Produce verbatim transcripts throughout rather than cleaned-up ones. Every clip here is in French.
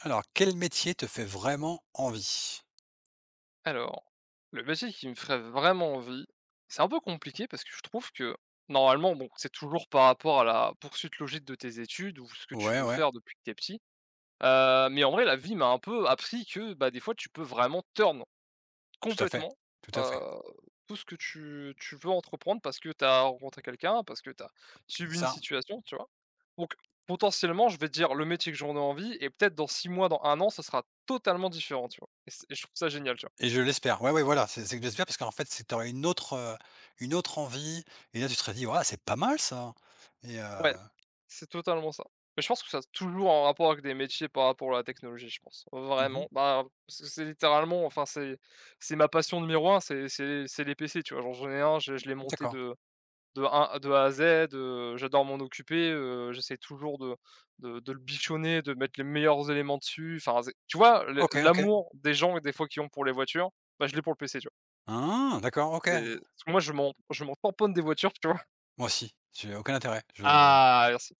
Alors, quel métier te fait vraiment envie? Alors, le métier qui me ferait vraiment envie, c'est un peu compliqué parce que je trouve que normalement, bon, c'est toujours par rapport à la poursuite logique de tes études ou ce que tu Ouais, veux ouais, faire depuis que t'es petit. Euh, mais en vrai, la vie m'a un peu appris que bah, des fois, tu peux vraiment turn tout à fait, complètement, tout à fait, euh, tout ce que tu, tu veux entreprendre parce que tu as rencontré quelqu'un, parce que tu as subi c'est une ça situation, tu vois. Donc, potentiellement, je vais te dire le métier que j'en ai envie et peut-être dans six mois, dans un an, ça sera totalement différent, tu vois. Et, c'est- et je trouve ça génial, tu vois. et je l'espère. Ouais, ouais, voilà, c'est c'est que j'espère parce qu'en fait, c'est que t'aurais une autre, heu, une autre envie et là, tu te serais dit: «Waouh, c'est pas mal ça» et heu Ouais, c'est totalement ça. Mais je pense que ça a toujours un rapport avec des métiers par rapport à la technologie, je pense. mmh, Vraiment. Bah, parce que c'est littéralement, enfin, c'est c'est ma passion numéro un, c'est c'est c'est les P C, tu vois? Genre, j'en ai un, je je l'ai monté d'accord. de de un de A à Z, heu, j'adore m'en occuper, heu, j'essaie toujours de de de le bichonner, de mettre les meilleurs éléments dessus. Enfin, c'est tu vois, le OK, OK. l'amour des gens, des fois, qu'ils ont pour les voitures, bah, je l'ai pour le P C, tu vois? Ah! D'accord, OK. C'est parce que moi, je m'en je m'en tamponne des voitures, tu vois? Moi aussi, j'ai aucun intérêt. Je Ah, merci.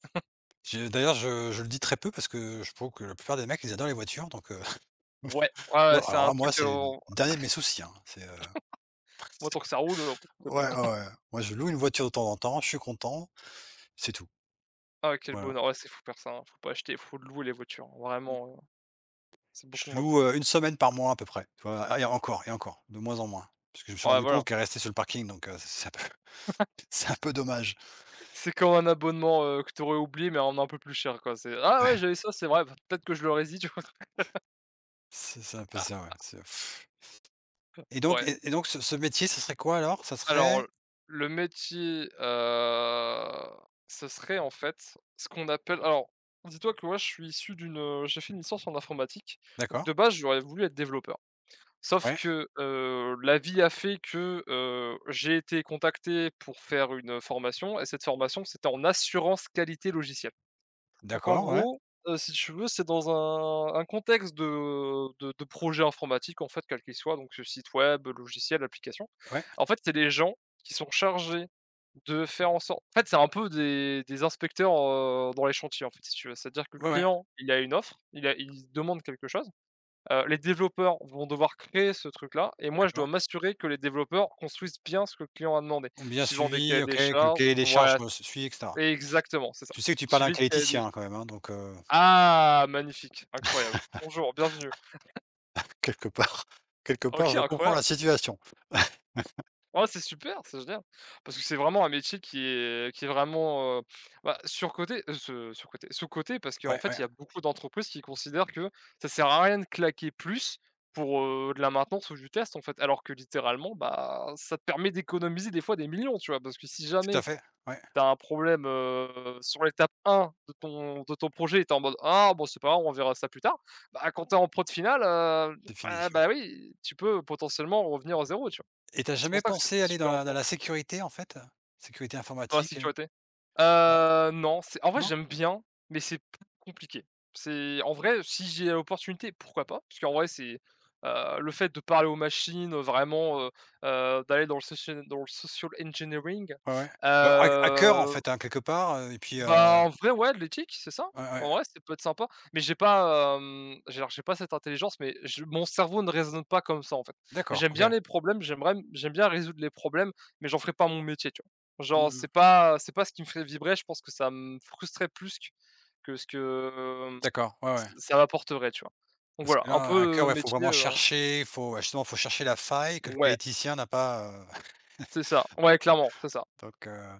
j'ai d'ailleurs, je je le dis très peu parce que je trouve que la plupart des mecs, ils adorent les voitures, donc heu, Ouais, ouais, ouais, ouais, c'est alors un là, moi, truc, heu c'est le dernier de mes soucis, hein. C'est, heu Moi, tant que ça roule, heu, c'est ouais, bon. ouais, ouais. Moi, je loue une voiture de temps en temps, je suis content, c'est tout. Ah, quel Voilà. bonheur, ouais, c'est fou faire ça, hein, faut pas acheter, faut louer les voitures, hein. Vraiment, heu, c'est beaucoup Je moins loue, heu, compliqué. une semaine par mois à peu près, tu vois? Et encore et encore, de moins en moins, parce que je me suis Ouais, rendu voilà. compte qu'elle restait sur le parking, donc heu, c'est un peu c'est un peu dommage. C'est comme un abonnement, heu, que t'aurais oublié, mais en un peu plus cher, quoi, c'est : « Ah ouais, Ouais, j'avais ça, c'est vrai, enfin, peut-être que je l'aurais dit », tu vois? c'est c'est un peu ça, ouais, c'est pff. et donc Ouais. et et donc ce ce métier, ce serait quoi alors? Ça serait Alors, le métier, heu, ce serait, en fait, ce qu'on appelle alors, dis-toi que moi, je suis issu d'une, euh, j'ai fait une licence en informatique, donc d'accord, de base, j'aurais voulu être développeur. Sauf ouais, que, heu, la vie a fait que, heu, j'ai été contacté pour faire une formation, et cette formation, c'était en assurance qualité logicielle. Donc en d'accord, ouais, gros, heu, si tu veux, c'est dans un un contexte de de de projet informatique, en fait, quel qu'il soit, donc, ce site web, logiciel, application. ouais, En fait, c'est les gens qui sont chargés de faire en sorte, en fait, c'est un peu des des inspecteurs, heu, dans les chantiers, en fait, si tu veux. C'est-à-dire que le ouais, ouais, client, il a une offre, il a il demande quelque chose. Heu, les développeurs vont devoir créer ce truc-là et moi je dois d'accord. m'assurer que les développeurs construisent bien ce que le client a demandé, Donc bien suivant des cahiers suivi, OK, des que le charges, cahier des charges voilà, me suit et cetera. c'est exactement, c'est ça. Tu sais que tu parles à un Suivi de cahier des qualiticien quand même, hein, donc, heu, Ah, magnifique, incroyable. Bonjour, bienvenue. quelque part quelque OK, part, je comprends la incroyable. situation. Ouais, c'est super, c'est génial! Parce que c'est vraiment un métier qui est qui est vraiment, heu, bah, surcoté, heu, se surcoté, sous-coté parce qu'en Ouais, fait, ouais, il y a beaucoup d'entreprises qui considèrent que ça sert à rien de claquer plus pour, heu, de la maintenance ou du test, en fait. Alors que littéralement, bah, ça te permet d'économiser des fois des millions, tu vois? Parce que si tout à jamais fait, ouais, tu as un problème, heu, sur l'étape un de ton de ton projet et tu en mode : « Ah bon, c'est pas grave, on verra ça plus tard », bah, quand tu es en prod finale, heu, c'est ah fini, bah, ouais. oui, tu peux potentiellement revenir à zéro, tu vois? Et t'as C'est pour jamais ça que c'était pensé aller dans super. la dans la sécurité, en fait? Sécurité Dans la informatique, heu, sécurité? heu, Heu, non, c'est, en vrai, non? j'aime bien, mais c'est plus compliqué. C'est, en vrai, si j'ai l'opportunité, pourquoi pas? Parce qu'en vrai, c'est, heu, le fait de parler aux machines, heu, vraiment, heu heu, d'aller dans le social dans le social engineering, Ouais, ouais. Heu, hack hacker, en heu fait, hein, quelque part, heu, et puis, heu bah, en vrai, ouais, de l'éthique, c'est ça. ouais, ouais. En vrai, ça peut être sympa, mais j'ai pas, hem, j'ai, alors, j'ai pas cette intelligence, mais je mon cerveau ne raisonne pas comme ça, en fait. D'accord, J'aime bien OK. les problèmes, j'aimerais j'aime bien résoudre les problèmes, mais j'en ferai pas mon métier, tu vois? Mmh Genre, c'est mh. pas c'est pas ce qui me ferait vibrer, je pense que ça me frustrerait plus q que ce que, hem, D'accord, ouais, ç ouais. ça m'apporterait, tu vois? Donc Parce voilà, que un là, peu, hacker, heu, ouais, faut métier, vraiment heu chercher, faut ouais, justement, faut chercher la faille que le ouais, cléticien n'a pas, heu, c'est ça, ouais, clairement, c'est ça. donc, heu,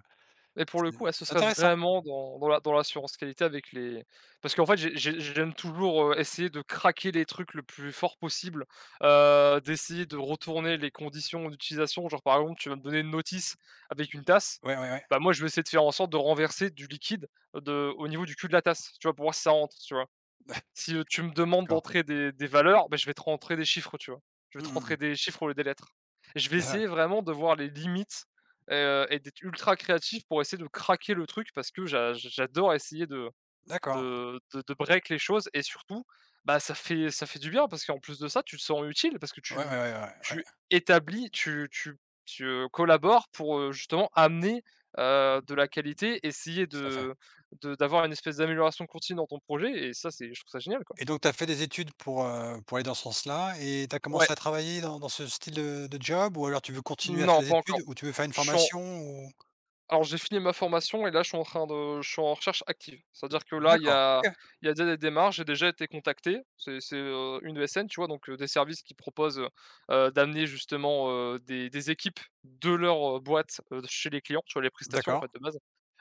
Mais pour le c'est coup, ouais, ce c'est serait intéressant. vraiment dans dans la dans l'assurance qualité avec les, parce qu'en fait, j'ai j'ai j'aime toujours, heu, essayer de craquer les trucs le plus fort possible, heu, d'essayer de retourner les conditions d'utilisation. Genre, par exemple, tu vas me donner une notice avec une tasse, Ouais, ouais, ouais. bah, moi, je vais essayer de faire en sorte de renverser du liquide de au niveau du cul de la tasse, tu vois? Pour voir si ça rentre, tu vois? Si, heu, tu me demandes D'accord. d'entrer des des valeurs, ben je vais te rentrer des chiffres, tu vois? Je vais te Mmh mh rentrer mh. des chiffres au lieu des lettres. Et je vais D'a essayer vraiment de voir les limites, heu et d'être ultra créatif pour essayer de craquer le truc parce que j'a j'adore essayer de D'accord. de de de break les choses et surtout, bah, ça fait ça fait du bien parce qu'en plus de ça, tu te sens utile parce que Ouais, ouais, tu ouais, ouais, ouais, tu établis, tu tu tu, heu, collabores pour, heu, justement amener, heu, de la qualité, essayer tout à fait. de de d'avoir une espèce d'amélioration continue dans ton projet et ça, c'est, je trouve ça génial. Et donc tu as fait des études pour, heu, pour aller dans ce sens-là et tu as Ouais, commencé à travailler dans dans ce style de de job? Ou alors tu veux continuer à non, faire des pas encore. études ou tu veux faire une Je suis en, formation ou? alors, j'ai fini ma formation et là je suis en train de, je suis en recherche active. C'est-à-dire que là, il y D'accord, a OK, il y a déjà des démarches, j'ai déjà été contacté. C'est c'est, heu, une E S N, tu vois? Donc, heu, des services qui proposent, heu heu, d'amener justement, heu, des des équipes de leur, heu, boîte, heu, chez les clients, tu vois? Les prestations, en d'accord, fait, de base.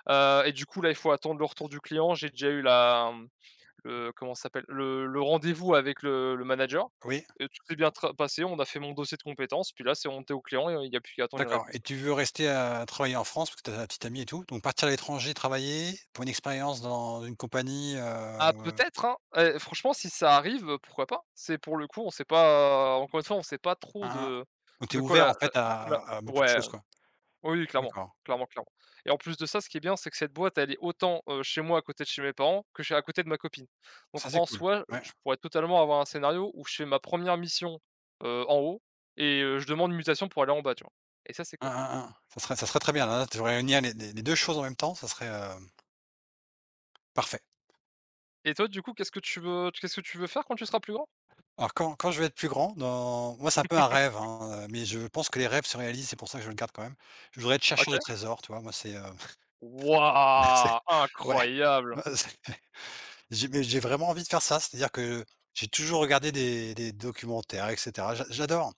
Heu et du coup là, il faut attendre le retour du client. J'ai déjà eu la, mmh le comment ça s'appelle? Le le rendez-vous avec le le manager oui, et tout s'est bien tra passé. On a fait mon dossier de compétences, puis là, c'est monté au client et, heu, il n'y a plus qu'à attendre une d'accord réponse, et quoi. tu veux rester à travailler en France parce que tu as ta petite amie et tout, donc partir à l'étranger travailler pour une expérience dans une compagnie, heu, Ah, peut-être, hein, eh franchement, si ça arrive, heu, pourquoi pas? C'est pour le coup, on sait pas, encore une fois, on sait pas trop hein, de donc tu de es quoi ouvert la en la fait à à la, beaucoup de ouais. choses, quoi? Oui, clairement, D'accord, clairement, clairement, et en plus de ça, ce qui est bien, c'est que cette boîte, elle est autant, heu, chez moi, à côté de chez mes parents, que chez, à côté de ma copine. Donc ça c'est en cool, soi, ouais, je pourrais totalement avoir un scénario où je fais ma première mission, heu, en haut et, heu, je demande une mutation pour aller en bas, tu vois? Et ça, c'est hein, cool. hein, hein, ça serait ça serait très bien, là, de réunir les les les deux choses en même temps, ça serait, heu, parfait. Et toi, du coup, qu'est-ce que tu veux, qu'est-ce que tu veux faire quand tu seras plus grand? Alors quand quand je vais être plus grand, dans moi, c'est un peu un rêve, hein, euh, mais je pense que les rêves se réalisent, c'est pour ça que je le garde quand même. Je voudrais être chercheur OK. de trésors, tu vois? Moi, c'est, heu, c'est Waouh! ouais, Incroyable! heu, c'est j'ai mais j'ai vraiment envie de faire ça, c'est-à-dire que j'ai toujours regardé des des documentaires et cetera. J'a j'adore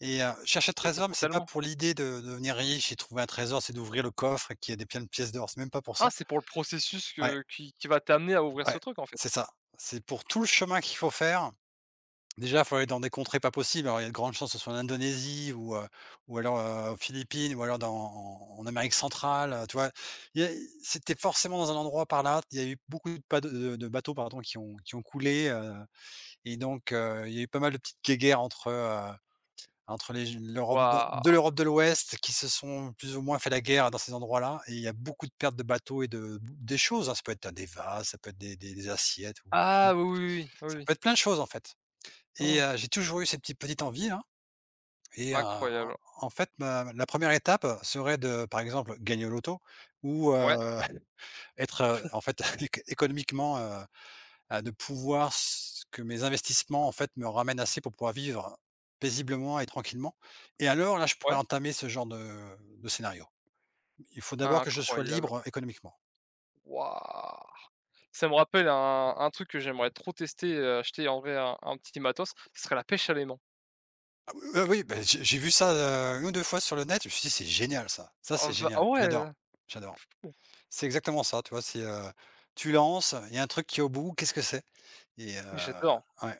et heu, chercher le Je te trésor, mais comprends c'est pas tellement. pour l'idée de de devenir riche et trouver un trésor, c'est d'ouvrir le coffre et qu'il y a des plein de pièces d'or, c'est même pas pour ça. Ah, c'est pour le processus Ouais, que qui qui va t'amener à ouvrir ce ouais, truc, en fait? c'est ça. C'est pour tout le chemin qu'il faut faire. Déjà, il faut aller dans des contrées pas possibles. Alors, il y a de grandes chances que ce soit en Indonésie ou, heu, ou alors, heu, aux Philippines ou alors dans en en Amérique centrale, heu, tu vois? Il y a C'était forcément dans un endroit par là. Il y a eu beaucoup de pas de de bateaux, pardon, qui ont qui ont coulé, heu et donc, heu, il y a eu pas mal de petites guéguerres entre, heu, entre les l'Europe de de Waouh! l'Europe de l'Ouest qui se sont plus ou moins fait la guerre dans ces endroits-là et il y a beaucoup de pertes de bateaux et de des choses, hein. Ça peut être des vases, ça peut être des des des assiettes ou Ah, oui, oui, oui, oui, ça oui. peut être plein de choses, en fait. Et heu, Oh, j'ai toujours eu cette petite petite envie là et heu, en incroyable. en fait, ma la première étape serait de, par exemple, gagner au loto ou Ouais, heu, être, heu, en fait, éco économiquement, heu, heu, de pouvoir s que mes investissements, en fait, me ramènent assez pour pouvoir vivre paisiblement et tranquillement et alors là, je pourrais ouais. entamer ce genre de de scénario. Il faut d'abord que je sois Incroyable. libre économiquement. Waouh! Ça me rappelle un un truc que j'aimerais trop tester, heu, acheter en vrai un un petit matos, ce serait la pêche à l'aimant. Ah oui, oui, oui, bah, j'ai j'ai vu ça, heu, une ou deux fois sur le net, je me suis dit: «C'est génial ça, ça Ah c'est v ah génial, ouais, j'adore, heu, j'adore». C'est exactement ça, tu vois? C'est, heu, tu lances, il y a un truc qui est au bout, qu'est-ce que c'est? Et heu, mais j'adore, ouais,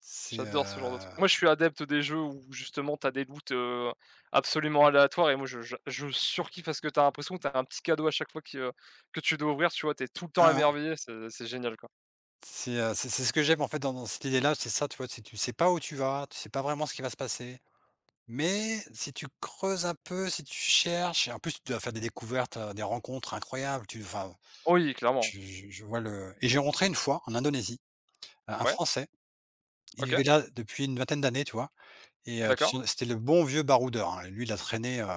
c'est, heu, j'adore ce genre de truc. hein, Moi, je suis adepte des jeux où justement t'as des loots, heu, absolument aléatoires et moi je je je surkiffe parce que t'as l'impression que t'as un petit cadeau à chaque fois qui, heu, que tu dois ouvrir, tu vois? T'es tout le temps hein, émerveillé, c'est c'est génial, quoi. c'est, heu, c'est c'est ce que j'aime en fait dans dans cette idée-là, c'est ça, tu vois? C'est tu sais pas où tu vas, tu sais pas vraiment ce qui va se passer, mais si tu creuses un peu, si tu cherches et en plus tu dois faire des découvertes, heu, des rencontres incroyables, tu enfin, Oui, clairement. je je je vois le et j'ai rencontré une fois en Indonésie, un un Ouais, Français, il OK, vivait là depuis une vingtaine d'années, tu vois? Et heu, tu d'accord. sens c'était le bon vieux baroudeur, hein, lui il a traîné, heu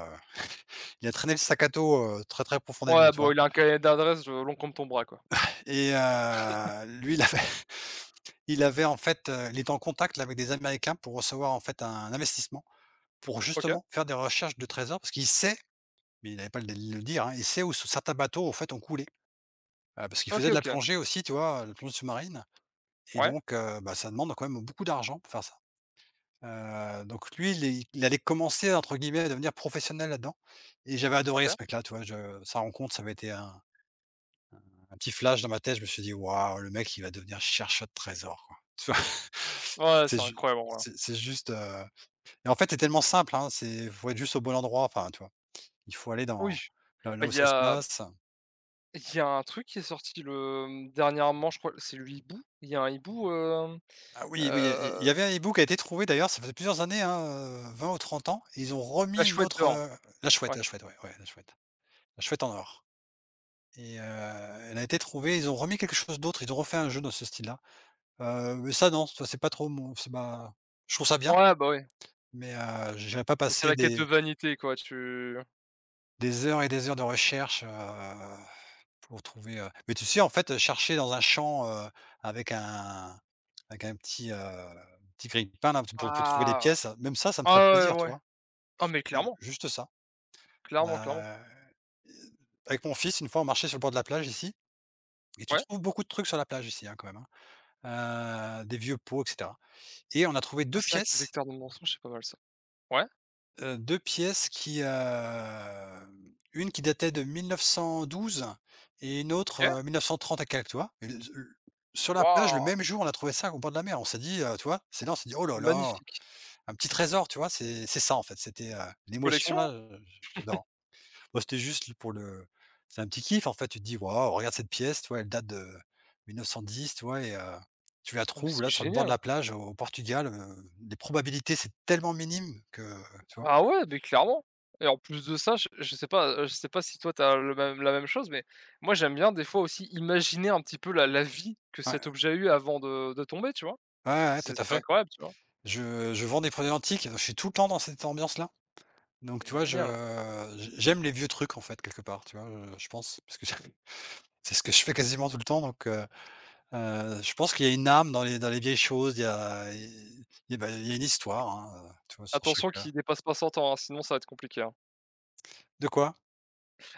il a traîné le sac à dos, heu, très, très profondément, Ouais, tu bon, vois? il a un cahier d'adresse, heu, long comme ton bras, quoi. Et heu, lui, il avait il avait en fait, heu, il était en contact là avec des Américains pour recevoir en fait un investissement, pour OK. justement faire des recherches de trésors parce qu'il sait, mais il n'avait pas le le dire, hein, il sait où certains bateaux en fait ont coulé. Heu, parce qu'il faisait OK, de la OK. plongée aussi, tu vois? La plongée sous-marine et Ouais, donc, heu, bah, ça demande quand même beaucoup d'argent pour faire ça. Heu, donc lui, il est il allait commencer entre guillemets à devenir professionnel là-dedans et j'avais adoré OK. ce mec-là, tu vois? Je sa rencontre, ça avait été un. Un petit flash dans ma tête, je me suis dit: «Waouh, le mec, il va devenir chercheur de trésors, quoi». Tu vois? Ouais, C'est c'est ju incroyable en vrai. c'est c'est juste, heu et en fait, c'est tellement simple, hein, c'est faut être juste au bon endroit, enfin, tu vois? Il faut aller Oui, dans là bah, là où il y ça se a passe. il y a un truc qui est sorti le, mmh, dernièrement, je crois, c'est le hibou? Il y a un hibou, hem, Ah oui, oui, il y il heu, y avait un hibou qui a été trouvé d'ailleurs, ça faisait plusieurs années, hein, heu, vingt ou trente ans et ils ont La remis une Chouette autre, dehors, heu la chouette, ouais. la chouette, ouais, ouais, la chouette. La chouette en or et heu, elle a été trouvée, ils ont remis quelque chose d'autre, ils ont refait un jeu dans ce style-là. Heu, mais ça non, ça c'est pas trop mon c'est pas je trouve ça bien, Ouais, bah, ouais, mais heu, j'irai pas mais c'est passer la quête de des vanité, quoi, tu Des heures et des heures de recherche, heu, pour trouver, heu mais tu sais, en fait, chercher dans un champ, heu, avec un avec un petit, heu, petit grille-pain là, pour pour trouver des ah! pièces, même ça, ça me ferait Ah, plaisir, ouais, tu ouais. vois? Ah, mais Ju clairement, juste ça. clairement, clairement. Heu, Avec mon fils, une fois, on marchait sur le bord de la plage ici et tu Ouais, trouves beaucoup de trucs sur la plage ici, hein, quand même, hein. Heu, des vieux pots et cetera et on a trouvé un deux sac pièces. détecteur de mensonges, c'est pas mal, ça. Ouais, Heu, deux pièces qui, hem, une qui datait de mille neuf cent douze et une autre, OK. euh, mille neuf cent trente à quelques, tu vois? Et le le sur la plage, le Waouh! même jour, on a trouvé ça au bord de la mer. On s'est dit, heu, tu vois? C'est là, on s'est dit: «Oh là là, Magnifique. un petit trésor», tu vois? C'est c'est ça, en fait, c'était, heu, l'émotion Collection, là, hein? heu, j'adore. Moi c'était juste pour le c'est un petit kiff, en fait, tu te dis: «Waouh, regarde cette pièce», tu vois? Elle date de mille neuf cent dix. Tu vois? Et heu, tu la Ah, mais trouves c'est là sur le bord de génial, hein. la plage au Portugal, heu, les probabilités, c'est tellement minime que, tu vois? Ah, ouais, mais clairement, et en plus de ça, je je sais pas, heu, je sais pas si toi t'as le même la même chose, mais moi j'aime bien des fois aussi imaginer un petit peu la la vie que Ouais. cet objet a eu avant de de tomber, tu vois? Ouais, ouais, C'est tout à c'est fait. incroyable, tu vois? Je je vends des produits antiques, je suis tout le temps dans cette ambiance-là. Donc, C'est tu vois, je génial, hein. j'aime les vieux trucs, en fait, quelque part, tu vois, heu, je pense, parce que c'est ce que je fais quasiment tout le temps, donc, heu heu, je pense qu'il y a une âme dans les dans les vieilles choses, il y a il y a, bah, il y a une histoire, hein, heu, tu vois, sur chaque, Attention heu qu'il dépasse pas cent ans, hein, sinon ça va être compliqué, hein. de quoi?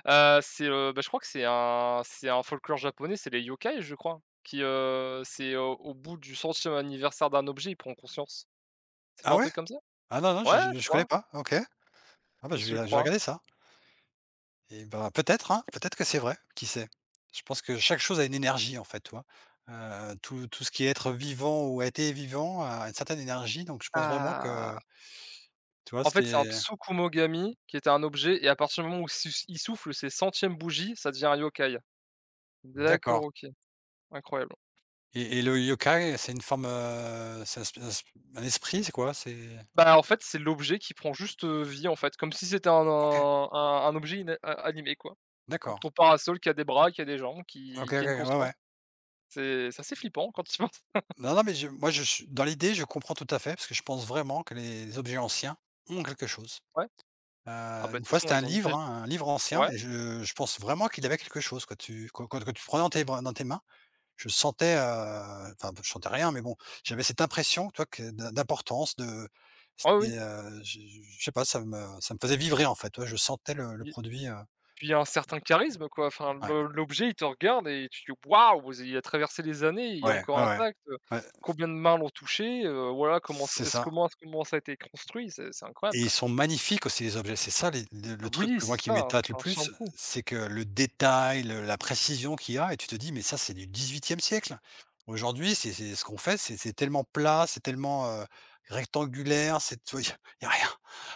Heu, c'est, heu, bah, je crois que c'est un, c'est un folklore japonais, c'est les yokai, je crois, qui, heu, c'est au au bout du centième anniversaire d'un objet, il prend conscience. C'est pas Ah un ouais? truc comme ça? Ah non, non, Ouais, je je je je connais crois, pas. OK. Ah bah, je vais je je vais crois. regarder ça. Et bah, peut-être, hein, peut-être que c'est vrai, qui sait? Je pense que chaque chose a une énergie en fait, tu vois? Heu, tout tout ce qui est être vivant ou a été vivant a une certaine énergie, donc je pense vraiment Ah! que, tu vois, En fait, c'est un c'est Tsukumogami qui était un objet et à partir du moment où sus il souffle ses centièmes bougies, ça devient un yokai. D'accord, d'accord. OK, incroyable. Et et le yokai, c'est une forme, heu, c'est un sp un sp un esprit, c'est quoi? C'est Bah, en fait, c'est l'objet qui prend juste, heu, vie, en fait, comme si c'était un OK, un un un objet ina a animé, quoi. Donc d'accord. ton parasol qui a des bras, qui a des jambes, qui OK, qui OK, a une ouais, conscience. ouais. C'est c'est assez flippant quand tu y penses. Non, non, mais je moi, je suis dans l'idée, je comprends tout à fait parce que je pense vraiment que les objets anciens ont quelque chose. Ouais. Heu, Ah, bah, de Une toute fois, façon, c'était un ils ont livre, une hein, un livre ancien ouais. et je je pense vraiment qu'il avait quelque chose quoi. Tu quand quand quand tu prenais dans tes bras dans tes mains, je sentais, heu, enfin, je sentais rien, mais bon, j'avais cette impression, toi, que d'im d'importance, de Ouais, oui, c'était, heu, je je sais pas, ça me ça me faisait vibrer en fait, ouais, je sentais le le oui. produit, heu, Puis un certain charisme, quoi, enfin ouais, le l'objet il te regarde et tu te dis : « Waouh, il a traversé les années, il est ouais, encore ouais, ouais. intact, heu, Ouais, combien de mains l'ont touché? » heu, voilà comment c c'est est-ce ça. comment est-ce comment ça a été construit, c'est c'est incroyable, Et ils quoi. sont magnifiques aussi les objets. C'est ça les le le truc Oui, que moi c'est qui ça, hein, m'éclate le c'est un plus, shampoo. c'est que le détail, le la précision qu'il y a et tu te dis: «Mais ça, c'est du dix-huitième siècle». Aujourd'hui, c'est c'est ce qu'on fait, c'est c'est tellement plat, c'est tellement, heu, rectangulaire, c'est Il y a rien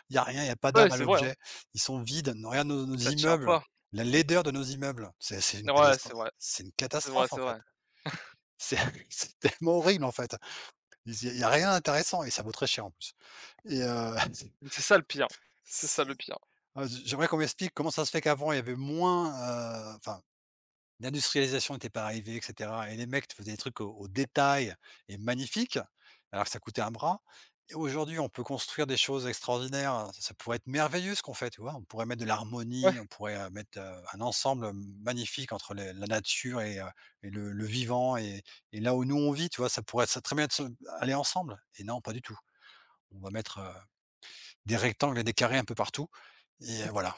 il y a rien, il y a pas Ouais, d'âme à c'est vrai, hein, l'objet. Ils sont vides. Non, regarde nos nos ça tient immeubles, pas. la laideur de nos immeubles, c'est c'est une Ouais, catastro c'est vrai, c'est une c'est vrai, catastrophe c'est en fait. vrai. C'est c'est tellement horrible en fait. Il s il y a rien d'intéressant et ça vaut très cher en plus et heu, Mais c'est ça le pire, c'est ça le pire. Ah, j j'aimerais qu'on m'explique comment ça se fait qu'avant il y avait moins, heu, enfin l'industrialisation était pas arrivée et cetera et les mecs faisaient des trucs au au détail et magnifiques, alors que ça coûtait un bras et aujourd'hui on peut construire des choses extraordinaires, ça pourrait être merveilleux ce qu'on fait, tu vois? On pourrait mettre de Ouais. l'harmonie, on pourrait, heu, mettre, heu, un ensemble magnifique entre les la nature et heu et le le vivant et et là où nous on vit, tu vois? Ça pourrait ça très bien se aller ensemble et non, pas du tout. On va mettre, heu, des rectangles et des carrés un peu partout et euh, voilà.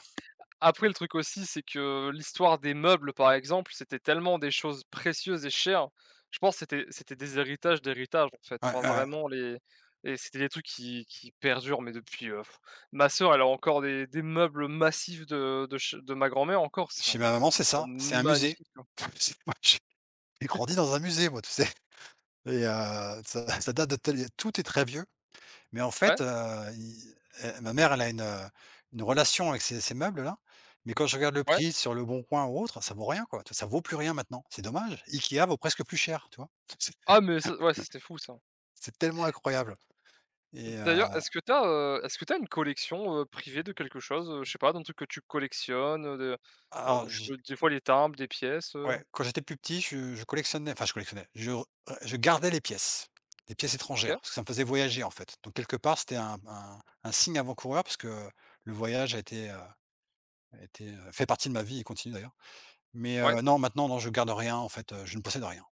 Après, le truc aussi, c'est que l'histoire des meubles, par exemple, c'était tellement des choses précieuses et chères. Je pense que c'était c'était des héritages d'héritages, en fait. Ouais, Enfin, ouais, ouais. vraiment, les et c'était des trucs qui qui perdurent, mais depuis, heu, ma sœur, elle a encore des des meubles massifs de de ch de ma grand-mère encore, ils Chez sont ma maman, c'est ils sont ça, c'est un musée. magnifiques, hein. C'est moi, j'ai j'ai grandi dans un musée, moi, tu sais? Et heu, ça ça date de tel tout est très vieux, mais en Ouais, fait, heu, i heu, ma mère, elle a une, heu, une relation avec ces ces meubles-là, mais quand je regarde le ouais. prix sur le bon coin ou autre, ça vaut rien, quoi. Ça vaut plus rien maintenant, c'est dommage. IKEA vaut presque plus cher, tu vois? C'est Ah, mais ça, ouais, ça, c'était fou, ça. c'est tellement incroyable et D'ailleurs, heu, est-ce que tu as, est-ce que t'as une collection, heu, privée de quelque chose? Heu, je sais pas, d'un truc que tu collectionnes, heu, de, heu, alors je des fois les timbres, des pièces, heu? ouais, quand j'étais plus petit, je je collectionnais enfin je collectionnais, je je gardais les pièces, les pièces étrangères, OK. parce que ça me faisait voyager, en fait. Donc quelque part, c'était un un un signe avant-coureur parce que le voyage a été, heu, a été, heu, fait partie de ma vie et continue d'ailleurs. Mais, Ouais. heu, non, maintenant, non, je garde rien, en fait, heu, je ne possède rien.